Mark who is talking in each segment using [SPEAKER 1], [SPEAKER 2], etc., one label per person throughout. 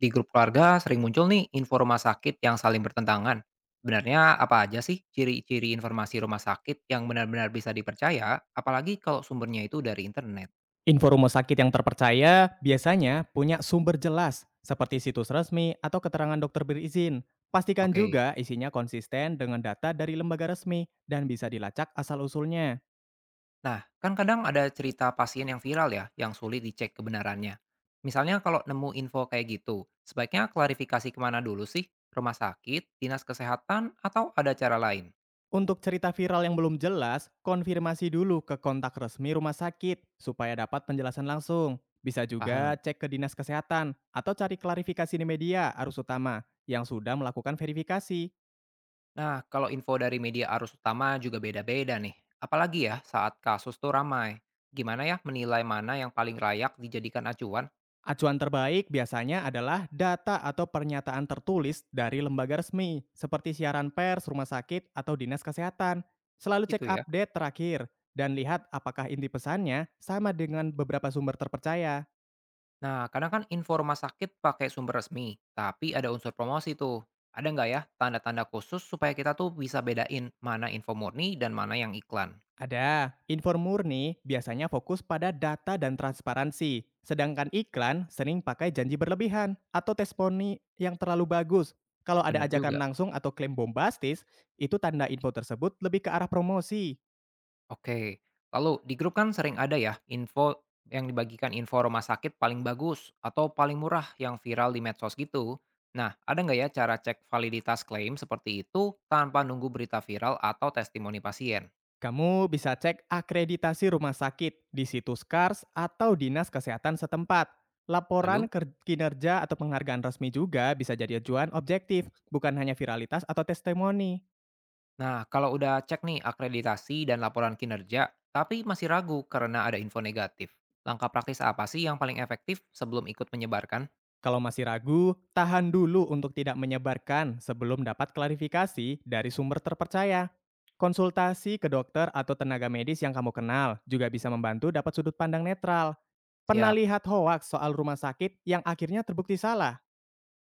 [SPEAKER 1] Di grup keluarga sering muncul nih info rumah sakit yang saling bertentangan. Sebenarnya apa aja sih ciri-ciri informasi rumah sakit yang benar-benar bisa dipercaya, apalagi kalau sumbernya itu dari internet?
[SPEAKER 2] Info rumah sakit yang terpercaya biasanya punya sumber jelas, seperti situs resmi atau keterangan dokter berizin. Pastikan
[SPEAKER 1] Oke.
[SPEAKER 2] juga isinya konsisten dengan data dari lembaga resmi dan bisa dilacak asal-usulnya.
[SPEAKER 1] Nah, kan kadang ada cerita pasien yang viral ya, yang sulit dicek kebenarannya. Misalnya kalau nemu info kayak gitu, sebaiknya klarifikasi kemana dulu sih? Rumah sakit, dinas kesehatan, atau ada cara lain?
[SPEAKER 2] Untuk cerita viral yang belum jelas, konfirmasi dulu ke kontak resmi rumah sakit supaya dapat penjelasan langsung. Bisa juga
[SPEAKER 1] Paham.
[SPEAKER 2] cek ke dinas kesehatan atau cari klarifikasi di media arus utama yang sudah melakukan verifikasi.
[SPEAKER 1] Nah, kalau info dari media arus utama juga beda-beda nih. Apalagi ya saat kasus tuh ramai. Gimana ya menilai mana yang paling layak dijadikan acuan?
[SPEAKER 2] Acuan terbaik biasanya adalah data atau pernyataan tertulis dari lembaga resmi, seperti siaran pers, rumah sakit, atau dinas kesehatan. Selalu
[SPEAKER 1] Gitu
[SPEAKER 2] cek
[SPEAKER 1] ya.
[SPEAKER 2] update terakhir, dan lihat apakah inti pesannya sama dengan beberapa sumber terpercaya.
[SPEAKER 1] Nah, kadang kan info rumah sakit pakai sumber resmi, tapi ada unsur promosi tuh. Ada nggak ya tanda-tanda khusus supaya kita tuh bisa bedain mana info murni dan mana yang iklan?
[SPEAKER 2] Ada, info murni biasanya fokus pada data dan transparansi, sedangkan iklan sering pakai janji berlebihan atau testimoni yang terlalu bagus. Kalau ada
[SPEAKER 1] Bener
[SPEAKER 2] ajakan
[SPEAKER 1] juga.
[SPEAKER 2] langsung atau klaim bombastis, itu tanda info tersebut lebih ke arah promosi.
[SPEAKER 1] Oke, lalu di grup kan sering ada ya info yang dibagikan info rumah sakit paling bagus atau paling murah yang viral di medsos gitu. Nah, ada nggak ya cara cek validitas klaim seperti itu tanpa nunggu berita viral atau testimoni pasien?
[SPEAKER 2] Kamu bisa cek akreditasi rumah sakit di situs SCARS atau Dinas Kesehatan setempat.
[SPEAKER 1] Lalu,
[SPEAKER 2] Laporan kinerja atau penghargaan resmi juga bisa jadi acuan objektif, bukan hanya viralitas atau testimoni.
[SPEAKER 1] nah, kalau udah cek nih akreditasi dan laporan kinerja, tapi masih ragu karena ada info negatif. Langkah praktis apa sih yang paling efektif sebelum ikut menyebarkan?
[SPEAKER 2] Kalau masih ragu, tahan dulu untuk tidak menyebarkan sebelum dapat klarifikasi dari sumber terpercaya. Konsultasi ke dokter atau tenaga medis yang kamu kenal juga bisa membantu dapat sudut pandang netral. Pernah
[SPEAKER 1] Siap.
[SPEAKER 2] lihat hoaks soal rumah sakit yang akhirnya terbukti salah?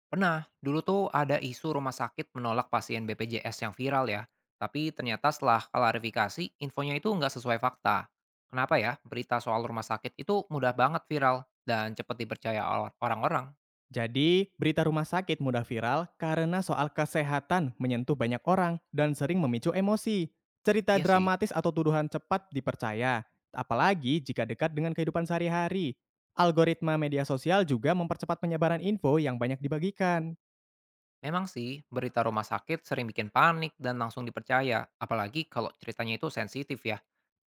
[SPEAKER 1] Pernah, dulu tuh ada isu rumah sakit menolak pasien BPJS yang viral ya, tapi ternyata setelah klarifikasi, infonya itu nggak sesuai fakta. Kenapa ya berita soal rumah sakit itu mudah banget viral dan cepat dipercaya orang-orang?
[SPEAKER 2] Jadi, berita rumah sakit mudah viral karena soal kesehatan menyentuh banyak orang dan sering memicu emosi. Cerita
[SPEAKER 1] Iya sih,
[SPEAKER 2] dramatis atau tuduhan cepat dipercaya, apalagi jika dekat dengan kehidupan sehari-hari. Algoritma media sosial juga mempercepat penyebaran info yang banyak dibagikan.
[SPEAKER 1] memang sih berita rumah sakit sering bikin panik dan langsung dipercaya, apalagi kalau ceritanya itu sensitif ya.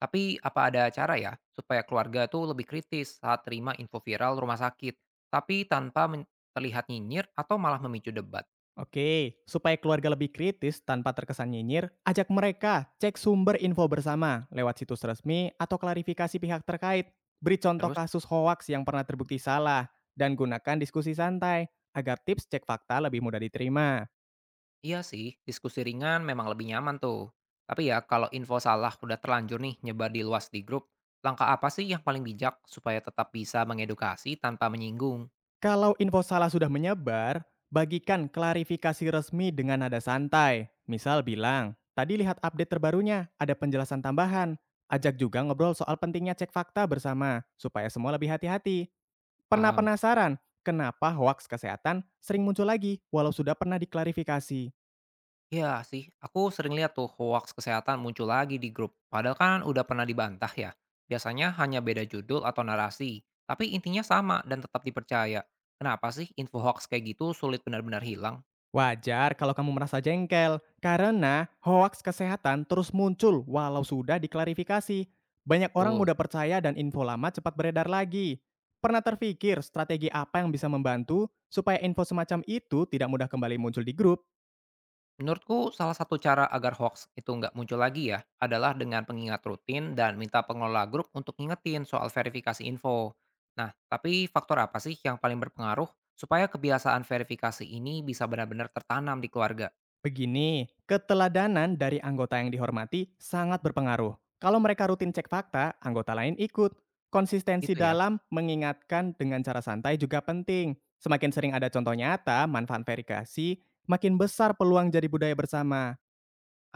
[SPEAKER 1] Tapi apa ada cara ya supaya keluarga tuh lebih kritis saat terima info viral rumah sakit, tapi terlihat nyinyir atau malah memicu debat?
[SPEAKER 2] Oke, supaya keluarga lebih kritis tanpa terkesan nyinyir, ajak mereka cek sumber info bersama lewat situs resmi atau klarifikasi pihak terkait. Beri contoh
[SPEAKER 1] Terus?
[SPEAKER 2] kasus hoaks yang pernah terbukti salah dan gunakan diskusi santai agar tips cek fakta lebih mudah diterima.
[SPEAKER 1] Iya sih, diskusi ringan memang lebih nyaman tuh. Tapi ya, kalau info salah udah terlanjur nih nyebar di luas di grup, langkah apa sih yang paling bijak supaya tetap bisa mengedukasi tanpa menyinggung?
[SPEAKER 2] Kalau info salah sudah menyebar, bagikan klarifikasi resmi dengan nada santai. Misal bilang, tadi lihat update terbarunya, ada penjelasan tambahan. Ajak juga ngobrol soal pentingnya cek fakta bersama, supaya semua lebih hati-hati. Pernah
[SPEAKER 1] Paham?
[SPEAKER 2] penasaran kenapa hoaks kesehatan sering muncul lagi walau sudah pernah diklarifikasi?
[SPEAKER 1] Iya sih, aku sering lihat tuh hoax kesehatan muncul lagi di grup. Padahal kan udah pernah dibantah ya. Biasanya hanya beda judul atau narasi, tapi intinya sama dan tetap dipercaya. Kenapa sih info hoax kayak gitu sulit benar-benar hilang?
[SPEAKER 2] Wajar kalau kamu merasa jengkel, karena hoaks kesehatan terus muncul walau sudah diklarifikasi. Banyak orang
[SPEAKER 1] Betul.
[SPEAKER 2] mudah percaya dan info lama cepat beredar lagi. Pernah terpikir strategi apa yang bisa membantu supaya info semacam itu tidak mudah kembali muncul di grup?
[SPEAKER 1] Menurutku salah satu cara agar hoax itu nggak muncul lagi ya, adalah dengan pengingat rutin dan minta pengelola grup untuk ngingetin soal verifikasi info. Nah, tapi faktor apa sih yang paling berpengaruh supaya kebiasaan verifikasi ini bisa benar-benar tertanam di keluarga?
[SPEAKER 2] Begini, keteladanan dari anggota yang dihormati sangat berpengaruh. Kalau mereka rutin cek fakta, anggota lain ikut. Konsistensi
[SPEAKER 1] Gitu ya.
[SPEAKER 2] dalam mengingatkan dengan cara santai juga penting. Semakin sering ada contoh nyata, manfaat verifikasi, makin besar peluang jadi budaya bersama.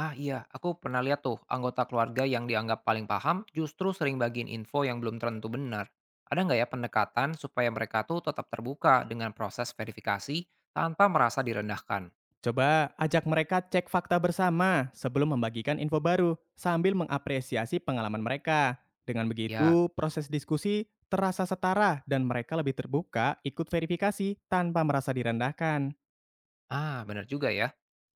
[SPEAKER 1] Ah iya, aku pernah lihat tuh anggota keluarga yang dianggap paling paham justru sering bagiin info yang belum tentu benar. Ada nggak ya pendekatan supaya mereka tuh tetap terbuka dengan proses verifikasi tanpa merasa direndahkan?
[SPEAKER 2] Coba ajak mereka cek fakta bersama sebelum membagikan info baru, sambil mengapresiasi pengalaman mereka. Dengan
[SPEAKER 1] Ya,
[SPEAKER 2] begitu, proses diskusi terasa setara dan mereka lebih terbuka ikut verifikasi tanpa merasa direndahkan.
[SPEAKER 1] ah, benar juga ya.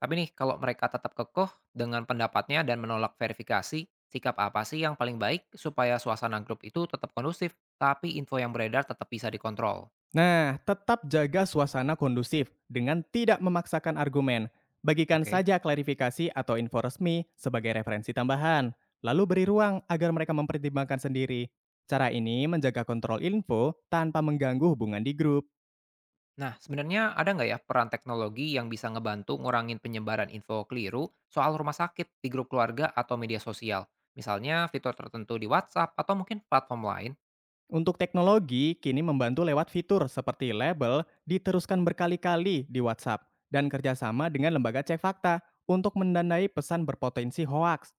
[SPEAKER 1] Tapi nih, kalau mereka tetap kekeh dengan pendapatnya dan menolak verifikasi, sikap apa sih yang paling baik supaya suasana grup itu tetap kondusif, tapi info yang beredar tetap bisa dikontrol?
[SPEAKER 2] Nah, tetap jaga suasana kondusif dengan tidak memaksakan argumen. Bagikan
[SPEAKER 1] Oke.
[SPEAKER 2] saja klarifikasi atau info resmi sebagai referensi tambahan, lalu beri ruang agar mereka mempertimbangkan sendiri. Cara ini menjaga kontrol info tanpa mengganggu hubungan di grup.
[SPEAKER 1] Nah, sebenarnya ada nggak ya peran teknologi yang bisa ngebantu ngurangin penyebaran info keliru soal rumah sakit di grup keluarga atau media sosial? Misalnya fitur tertentu di WhatsApp atau mungkin platform lain?
[SPEAKER 2] Untuk teknologi, kini membantu lewat fitur seperti label diteruskan berkali-kali di WhatsApp dan kerjasama dengan lembaga cek fakta untuk mendanai pesan berpotensi hoaks.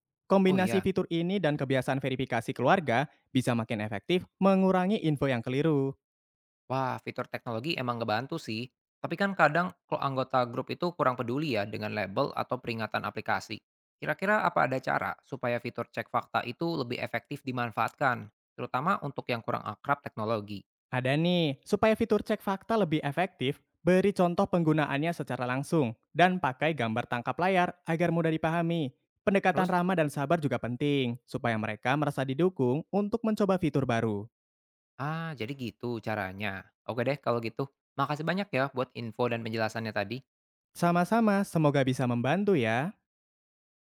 [SPEAKER 1] Oh
[SPEAKER 2] Kombinasi
[SPEAKER 1] iya,
[SPEAKER 2] fitur ini dan kebiasaan verifikasi keluarga bisa makin efektif mengurangi info yang keliru.
[SPEAKER 1] wah, fitur teknologi emang ngebantu sih. Tapi kan kadang kalau anggota grup itu kurang peduli ya dengan label atau peringatan aplikasi. Kira-kira apa ada cara supaya fitur cek fakta itu lebih efektif dimanfaatkan, terutama untuk yang kurang akrab teknologi?
[SPEAKER 2] Ada nih, supaya fitur cek fakta lebih efektif, beri contoh penggunaannya secara langsung dan pakai gambar tangkap layar agar mudah dipahami. Pendekatan
[SPEAKER 1] Terus,
[SPEAKER 2] ramah dan sabar juga penting, supaya mereka merasa didukung untuk mencoba fitur baru.
[SPEAKER 1] ah jadi gitu caranya. Oke deh kalau gitu. Makasih banyak ya buat info dan penjelasannya tadi.
[SPEAKER 2] Sama-sama, semoga bisa membantu ya.